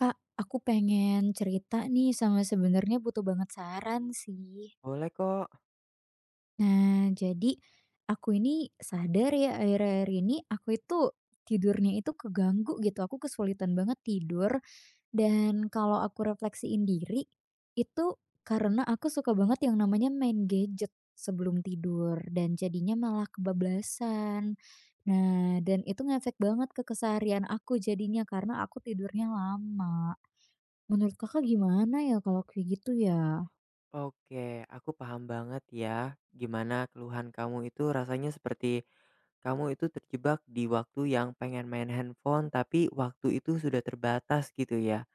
Kak, aku pengen cerita nih sama sebenarnya butuh banget saran sih. Boleh kok. Nah, jadi aku ini sadar ya akhir-akhir ini aku itu tidurnya itu keganggu gitu. Aku kesulitan banget tidur dan kalau aku refleksiin diri itu karena aku suka banget yang namanya main gadget sebelum tidur dan jadinya malah kebablasan. Nah, dan itu ngefek banget ke keseharian aku jadinya karena aku tidurnya lama. Menurut Kakak gimana ya kalau kayak gitu ya? Oke, aku paham banget ya gimana keluhan kamu itu rasanya seperti kamu itu terjebak di waktu yang pengen main handphone tapi waktu itu sudah terbatas gitu ya.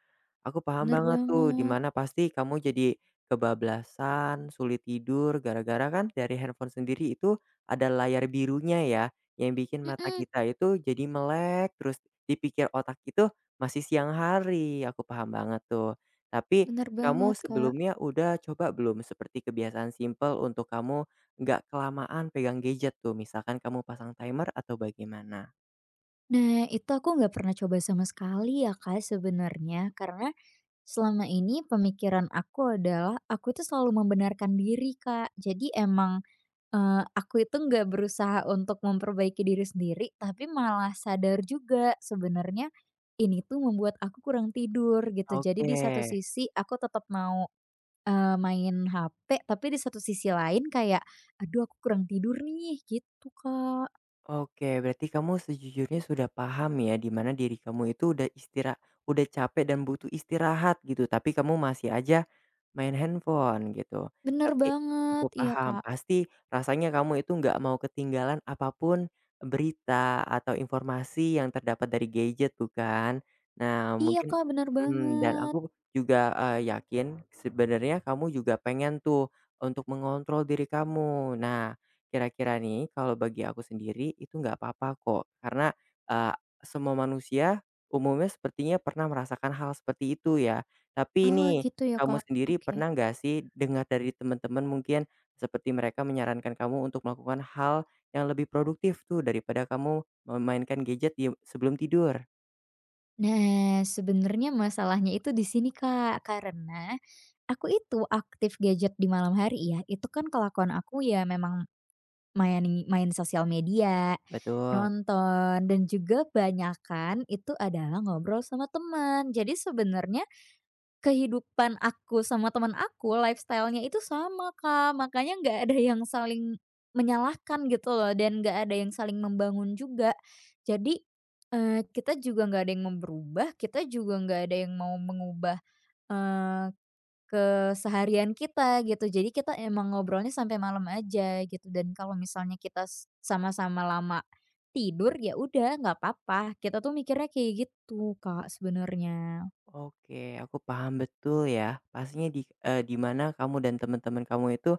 Aku paham Bener banget tuh, banget, dimana pasti kamu jadi kebablasan, sulit tidur, gara-gara kan dari handphone sendiri itu ada layar birunya ya, yang bikin mata mhm, kita itu jadi melek, terus dipikir otak itu masih siang hari, aku paham banget tuh. Tapi bener kamu banget, Kak. sebelumnya udah coba belum seperti kebiasaan simple untuk kamu nggak kelamaan pegang gadget tuh, misalkan kamu pasang timer atau bagaimana? Nah, itu aku nggak pernah coba sama sekali ya, Kak, sebenarnya karena selama ini pemikiran aku adalah aku itu selalu membenarkan diri, Kak. Jadi emang, aku itu nggak berusaha untuk memperbaiki diri sendiri, tapi malah sadar juga sebenarnya ini tuh membuat aku kurang tidur gitu. Jadi Oke. di satu sisi aku tetap mau main HP, tapi di satu sisi lain kayak, "Aduh aku kurang tidur nih," gitu, Kak. Mmm. Oke, berarti kamu sejujurnya sudah paham ya, di mana diri kamu itu udah capek dan butuh istirahat gitu, tapi kamu masih aja main handphone gitu. Bener Tapi aku banget, iya, paham, Kak. pasti rasanya kamu itu nggak mau ketinggalan apapun berita atau informasi yang terdapat dari gadget bukan? Nah, Iya, mungkin Kak, bener mhm, dan banget. aku juga, yakin sebenarnya kamu juga pengen tuh untuk mengontrol diri kamu. Nah, kira-kira nih, kalau bagi aku sendiri itu nggak apa-apa kok, karena, eee, semua manusia umumnya sepertinya pernah merasakan hal seperti itu ya. Tapi Oh, ini gitu ya, kamu Kak. sendiri Oke. pernah nggak sih dengar dari teman-teman mungkin seperti mereka menyarankan kamu untuk melakukan hal yang lebih produktif tuh daripada kamu memainkan gadget di sebelum tidur? Nah, sebenarnya masalahnya itu di sini, Kak, karena aku itu aktif gadget di malam hari ya, itu kan kelakuan aku ya memang main main sosial media, Betul. nonton, dan juga banyakan itu adalah ngobrol sama teman. Jadi sebenarnya kehidupan aku sama teman aku, lifestyle-nya itu sama, Kak, makanya nggak ada yang saling menyalahkan gitu loh dan nggak ada yang saling membangun juga. Jadi, kita juga nggak ada yang mau berubah, kita juga nggak ada yang mau mengubah, eee, keseharian kita gitu. Jadi kita emang ngobrolnya sampai malam aja gitu dan kalau misalnya kita sama-sama lama tidur, ya udah nggak apa-apa, kita tuh mikirnya kayak gitu, Kak, sebenarnya. Oke, aku paham betul ya. Pastinya di mana kamu dan teman-teman kamu itu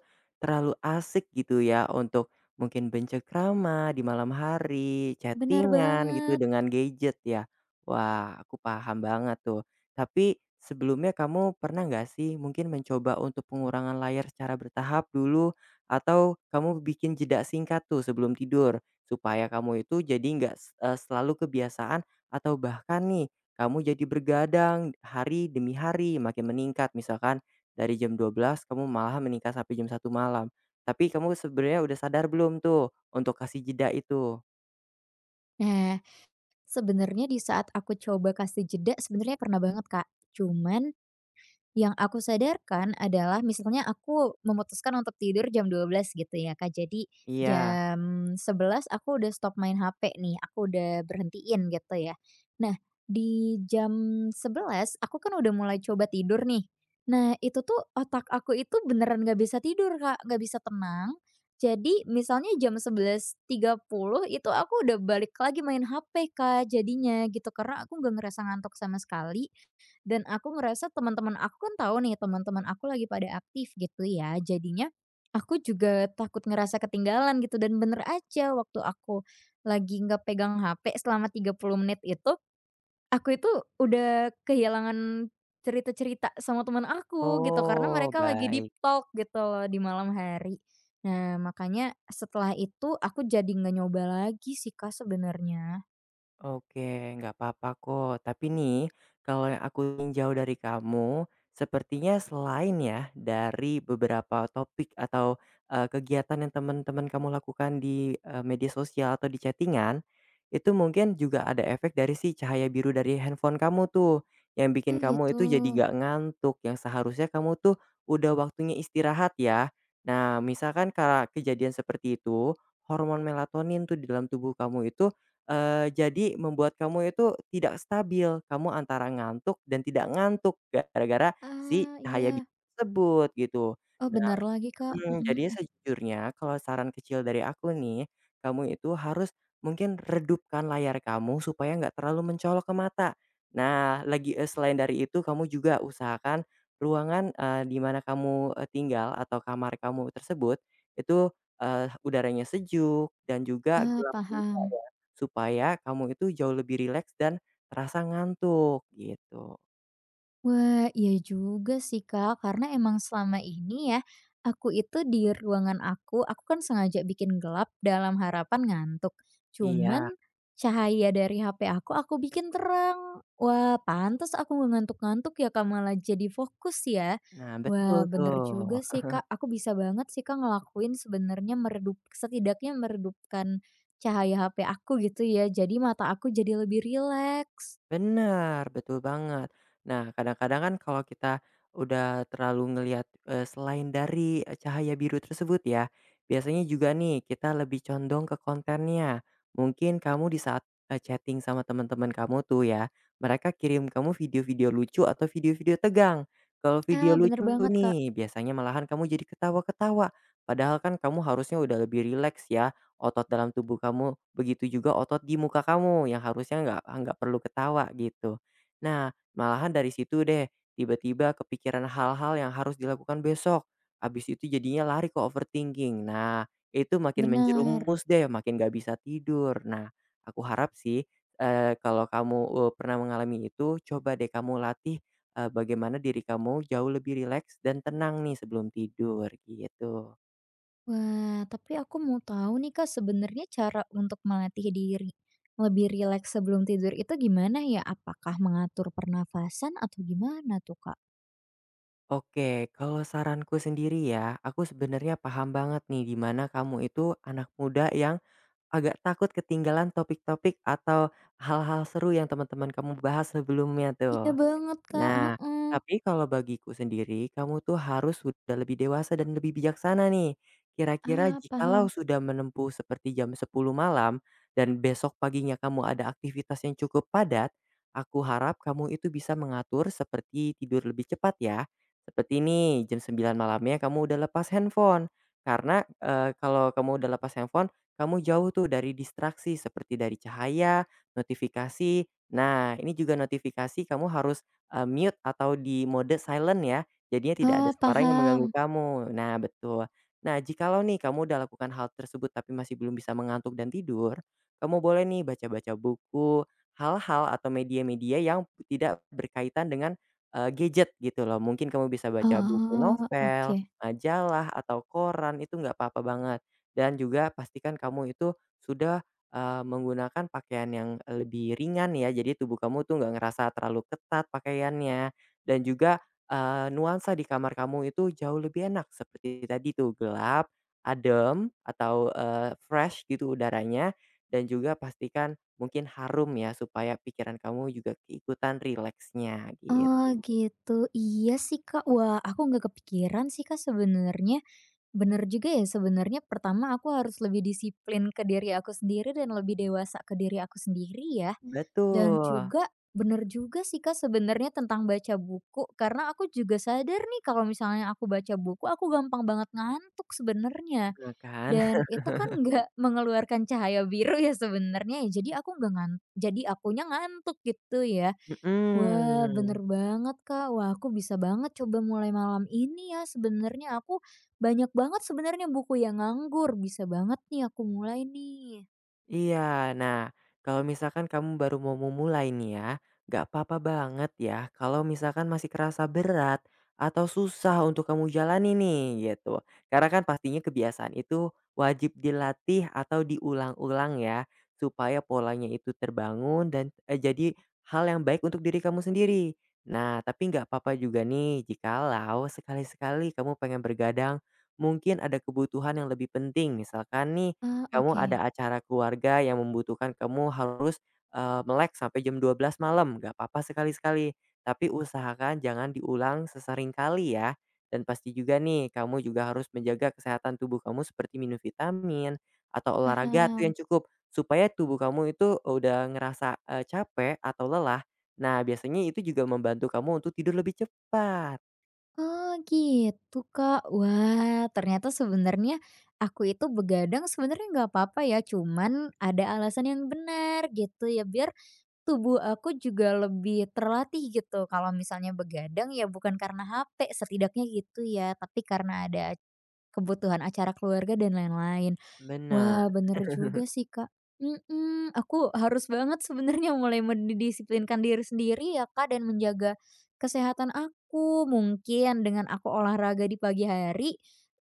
terlalu asik gitu ya untuk mungkin bencekrama di malam hari, Benar chattingan gitu banget. dengan gadget ya. Wah, aku paham banget tuh. Tapi sebelumnya kamu pernah nggak sih mungkin mencoba untuk pengurangan layar secara bertahap dulu? Atau kamu bikin jeda singkat tuh sebelum tidur supaya kamu itu jadi nggak selalu kebiasaan atau bahkan nih kamu jadi bergadang hari demi hari, makin meningkat. Misalkan dari jam 12.00 kamu malah meningkat sampai jam 1 malam. Tapi kamu sebenarnya udah sadar belum tuh untuk kasih jeda itu? Nah, sebenarnya di saat aku coba kasih jeda, sebenarnya pernah banget, Kak. Cuman, yang aku sadarkan adalah misalnya aku memutuskan untuk tidur jam 12.00 gitu ya Kak, jadi Iya. jam 11.00 aku udah stop main HP nih, aku udah berhentiin gitu ya. Nah, di jam 11.00 aku kan udah mulai coba tidur nih. Nah, itu tuh otak aku itu beneran nggak bisa tidur Kak, nggak bisa tenang. Jadi misalnya jam 11.30 itu aku udah balik lagi main HP Kak, jadinya gitu, karena aku nggak ngerasa ngantuk sama sekali dan aku ngerasa teman-teman aku kan tahu nih, teman-teman aku lagi pada aktif gitu ya. Jadinya aku juga takut ngerasa ketinggalan gitu dan bener aja waktu aku lagi nggak pegang HP selama 30 menit itu, aku itu udah kehilangan cerita-cerita sama teman aku gitu karena Oh, mereka lagi deep baik. talk gitu loh di malam hari. Nah, makanya setelah itu aku jadi nggak nyoba lagi sih Kak sebenarnya. Oke, nggak apa-apa kok. Tapi nih, kalau yang aku tinjau dari kamu, sepertinya selain ya dari beberapa topik atau kegiatan yang teman-teman kamu lakukan di media sosial atau di chattingan, itu mungkin juga ada efek dari si cahaya biru dari handphone kamu tuh, yang Ah bikin kamu gitu. itu jadi nggak ngantuk, yang seharusnya kamu tuh udah waktunya istirahat ya. Nah, misalkan karena kejadian seperti itu, hormon melatonin tuh di dalam tubuh kamu itu jadi membuat kamu itu tidak stabil, kamu antara ngantuk dan tidak ngantuk gara-gara si Ah cahaya iya. biru tersebut gitu. Oh benar lagi Kak. Mhm, Jadinya sejujurnya kalau saran kecil dari aku nih, kamu itu harus mungkin redupkan layar kamu supaya nggak terlalu mencolok ke mata. Nah, lagi selain dari itu kamu juga usahakan ruangan, di mana kamu, tinggal atau kamar kamu tersebut itu, udaranya sejuk dan juga Ah, gelap gulita paham. ya, supaya kamu itu jauh lebih rileks dan terasa ngantuk gitu. Wah, iya juga sih, Kak, karena emang selama ini ya, aku itu di ruangan aku kan sengaja bikin gelap dalam harapan ngantuk. Iya, Cuman cahaya dari HP aku bikin terang. Wah, pantas aku nggak ngantuk-ngantuk ya, Kak, malah jadi fokus ya. nah betul Wah, bener tuh. juga sih, Kak. Aku bisa banget sih, Kak, ngelakuin sebenarnya meredup setidaknya meredupkan cahaya HP aku gitu ya. Jadi mata aku jadi lebih rileks. Benar betul banget. Nah, kadang-kadang kan kalau kita udah terlalu ngelihat, selain dari, cahaya biru tersebut ya, biasanya juga nih kita lebih condong ke kontennya. Mungkin kamu di saat, chatting sama teman-teman kamu tuh ya, mereka kirim kamu video-video lucu atau video-video tegang. Kalau Ah, video bener lucu banget, Kak. nih, biasanya malahan kamu jadi ketawa-ketawa, padahal kan kamu harusnya udah lebih rileks ya, otot dalam tubuh kamu, begitu juga otot di muka kamu yang harusnya nggak perlu ketawa gitu. Nah, malahan dari situ deh tiba-tiba kepikiran hal-hal yang harus dilakukan besok, habis itu jadinya lari ke overthinking. Nah, itu makin Benar. menjerumus deh, makin gak bisa tidur. Nah, aku harap sih, kalau kamu, pernah mengalami itu coba deh kamu latih, bagaimana diri kamu jauh lebih rileks dan tenang nih sebelum tidur gitu. Wah, tapi aku mau tahu nih Kak, sebenarnya cara untuk melatih diri lebih rileks sebelum tidur itu gimana ya? Apakah mengatur pernafasan atau gimana tuh Kak? Oke, kalau saranku sendiri ya, aku sebenarnya paham banget nih di mana kamu itu anak muda yang agak takut ketinggalan topik-topik atau hal-hal seru yang teman-teman kamu bahas sebelumnya Iya tuh. banget Kak, Nah, heeh. tapi kalau bagiku sendiri, kamu tuh harus sudah lebih dewasa dan lebih bijaksana nih. Kira-kira Ah, jikalau paham. sudah menempuh seperti jam 10 malam dan besok paginya kamu ada aktivitas yang cukup padat, aku harap kamu itu bisa mengatur seperti tidur lebih cepat ya. Seperti ini, jam 9.00 malamnya kamu udah lepas handphone. Karena, kalau kamu udah lepas handphone, kamu jauh tuh dari distraksi seperti dari cahaya, notifikasi. Nah, ini juga notifikasi kamu harus mute atau di mode silent ya, jadinya tidak ada Oh, suara yang mengganggu paham. kamu. Nah, betul. Nah, jikalau nih kamu udah lakukan hal tersebut tapi masih belum bisa mengantuk dan tidur, kamu boleh nih baca-baca buku, hal-hal atau media-media yang tidak berkaitan dengan, gadget gitu loh. Mungkin kamu bisa baca buku Oh, oke. novel, majalah, atau koran, itu nggak apa-apa banget. Dan juga pastikan kamu itu sudah menggunakan pakaian yang lebih ringan ya, jadi tubuh kamu tuh nggak ngerasa terlalu ketat pakaiannya, dan juga, nuansa di kamar kamu itu jauh lebih enak seperti tadi tuh gelap, adem, atau, fresh gitu udaranya, dan juga pastikan mungkin harum ya supaya pikiran kamu juga keikutan rileksnya Oh, gitu. gitu. Iya sih, Kak. Wah, aku nggak kepikiran sih, Kak, sebenarnya. Bener juga ya, sebenarnya pertama aku harus lebih disiplin ke diri aku sendiri dan lebih dewasa ke diri aku sendiri ya. Dan Betul, juga bener juga sih, Kak, sebenarnya tentang baca buku, karena aku juga sadar nih kalau misalnya aku baca buku, aku gampang banget ngantuk sebenarnya. nah kan. Dan itu kan nggak mengeluarkan cahaya biru ya sebenarnya ya, jadi aku nggak ngan jadi akunya ngantuk gitu ya. Wah, bener Mhm. banget, Kak. Wah, aku bisa banget coba mulai malam ini ya, sebenarnya aku banyak banget sebenarnya buku yang nganggur, bisa banget nih aku mulai nih. Iya. Nah, kalau misalkan kamu baru mau memulai nih ya, nggak apa-apa banget ya kalau misalkan masih kerasa berat atau susah untuk kamu jalani nih gitu. Karena kan pastinya kebiasaan itu wajib dilatih atau diulang-ulang ya supaya polanya itu terbangun dan jadi hal yang baik untuk diri kamu sendiri. Nah, tapi nggak apa-apa juga nih jikalau sekali-sekali kamu pengen bergadang. Mungkin ada kebutuhan yang lebih penting, misalkan nih, Ah, kamu oke, ada acara keluarga yang membutuhkan kamu harus, melek sampai jam 12 malam, nggak apa-apa sekali-sekali, tapi usahakan jangan diulang sesering kali ya. Dan pasti juga nih, kamu juga harus menjaga kesehatan tubuh kamu seperti minum vitamin, atau olahraga tuh paham. yang cukup, supaya tubuh kamu itu udah ngerasa, capek atau lelah, nah biasanya itu juga membantu kamu untuk tidur lebih cepat. Oh gitu Kak. Wah ternyata sebenarnya aku itu begadang sebenarnya nggak apa-apa ya, cuman ada alasan yang benar gitu ya, biar tubuh aku juga lebih terlatih gitu. Kalau misalnya begadang ya bukan karena HP setidaknya gitu ya, tapi karena ada kebutuhan acara keluarga dan lain-lain. Benar, Wah, bener juga sih, Kak. Mhm, aku harus banget sebenarnya mulai mendisiplinkan diri sendiri ya, Kak, dan menjaga kesehatan aku. Mungkin dengan aku olahraga di pagi hari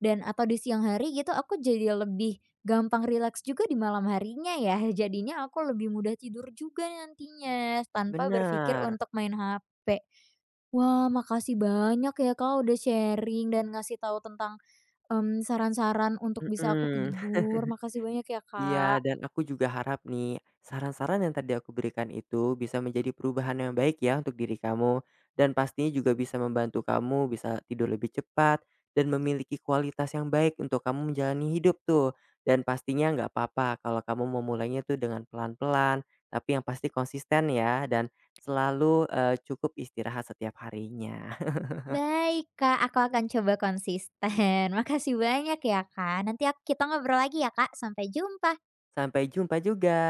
dan atau di siang hari gitu, aku jadi lebih gampang rileks juga di malam harinya ya. Jadinya aku lebih mudah tidur juga nantinya, tanpa berpikir benar. untuk main HP. Wah, makasih banyak ya, Kak, udah sharing dan ngasih tahu tentang saran-saran untuk bisa aku Mhm. tidur. Makasih banyak ya, Kak. Iya, dan aku juga harap nih, saran-saran yang tadi aku berikan itu bisa menjadi perubahan yang baik ya untuk diri kamu. Dan pastinya juga bisa membantu kamu bisa tidur lebih cepat dan memiliki kualitas yang baik untuk kamu menjalani hidup tuh. Dan pastinya nggak apa-apa kalau kamu memulainya tuh dengan pelan-pelan, tapi yang pasti konsisten ya, dan selalu cukup istirahat setiap harinya. Baik, Kak, aku akan coba konsisten. Makasih banyak ya, Kak. Nanti kita ngobrol lagi ya, Kak. Sampai jumpa. Sampai jumpa juga.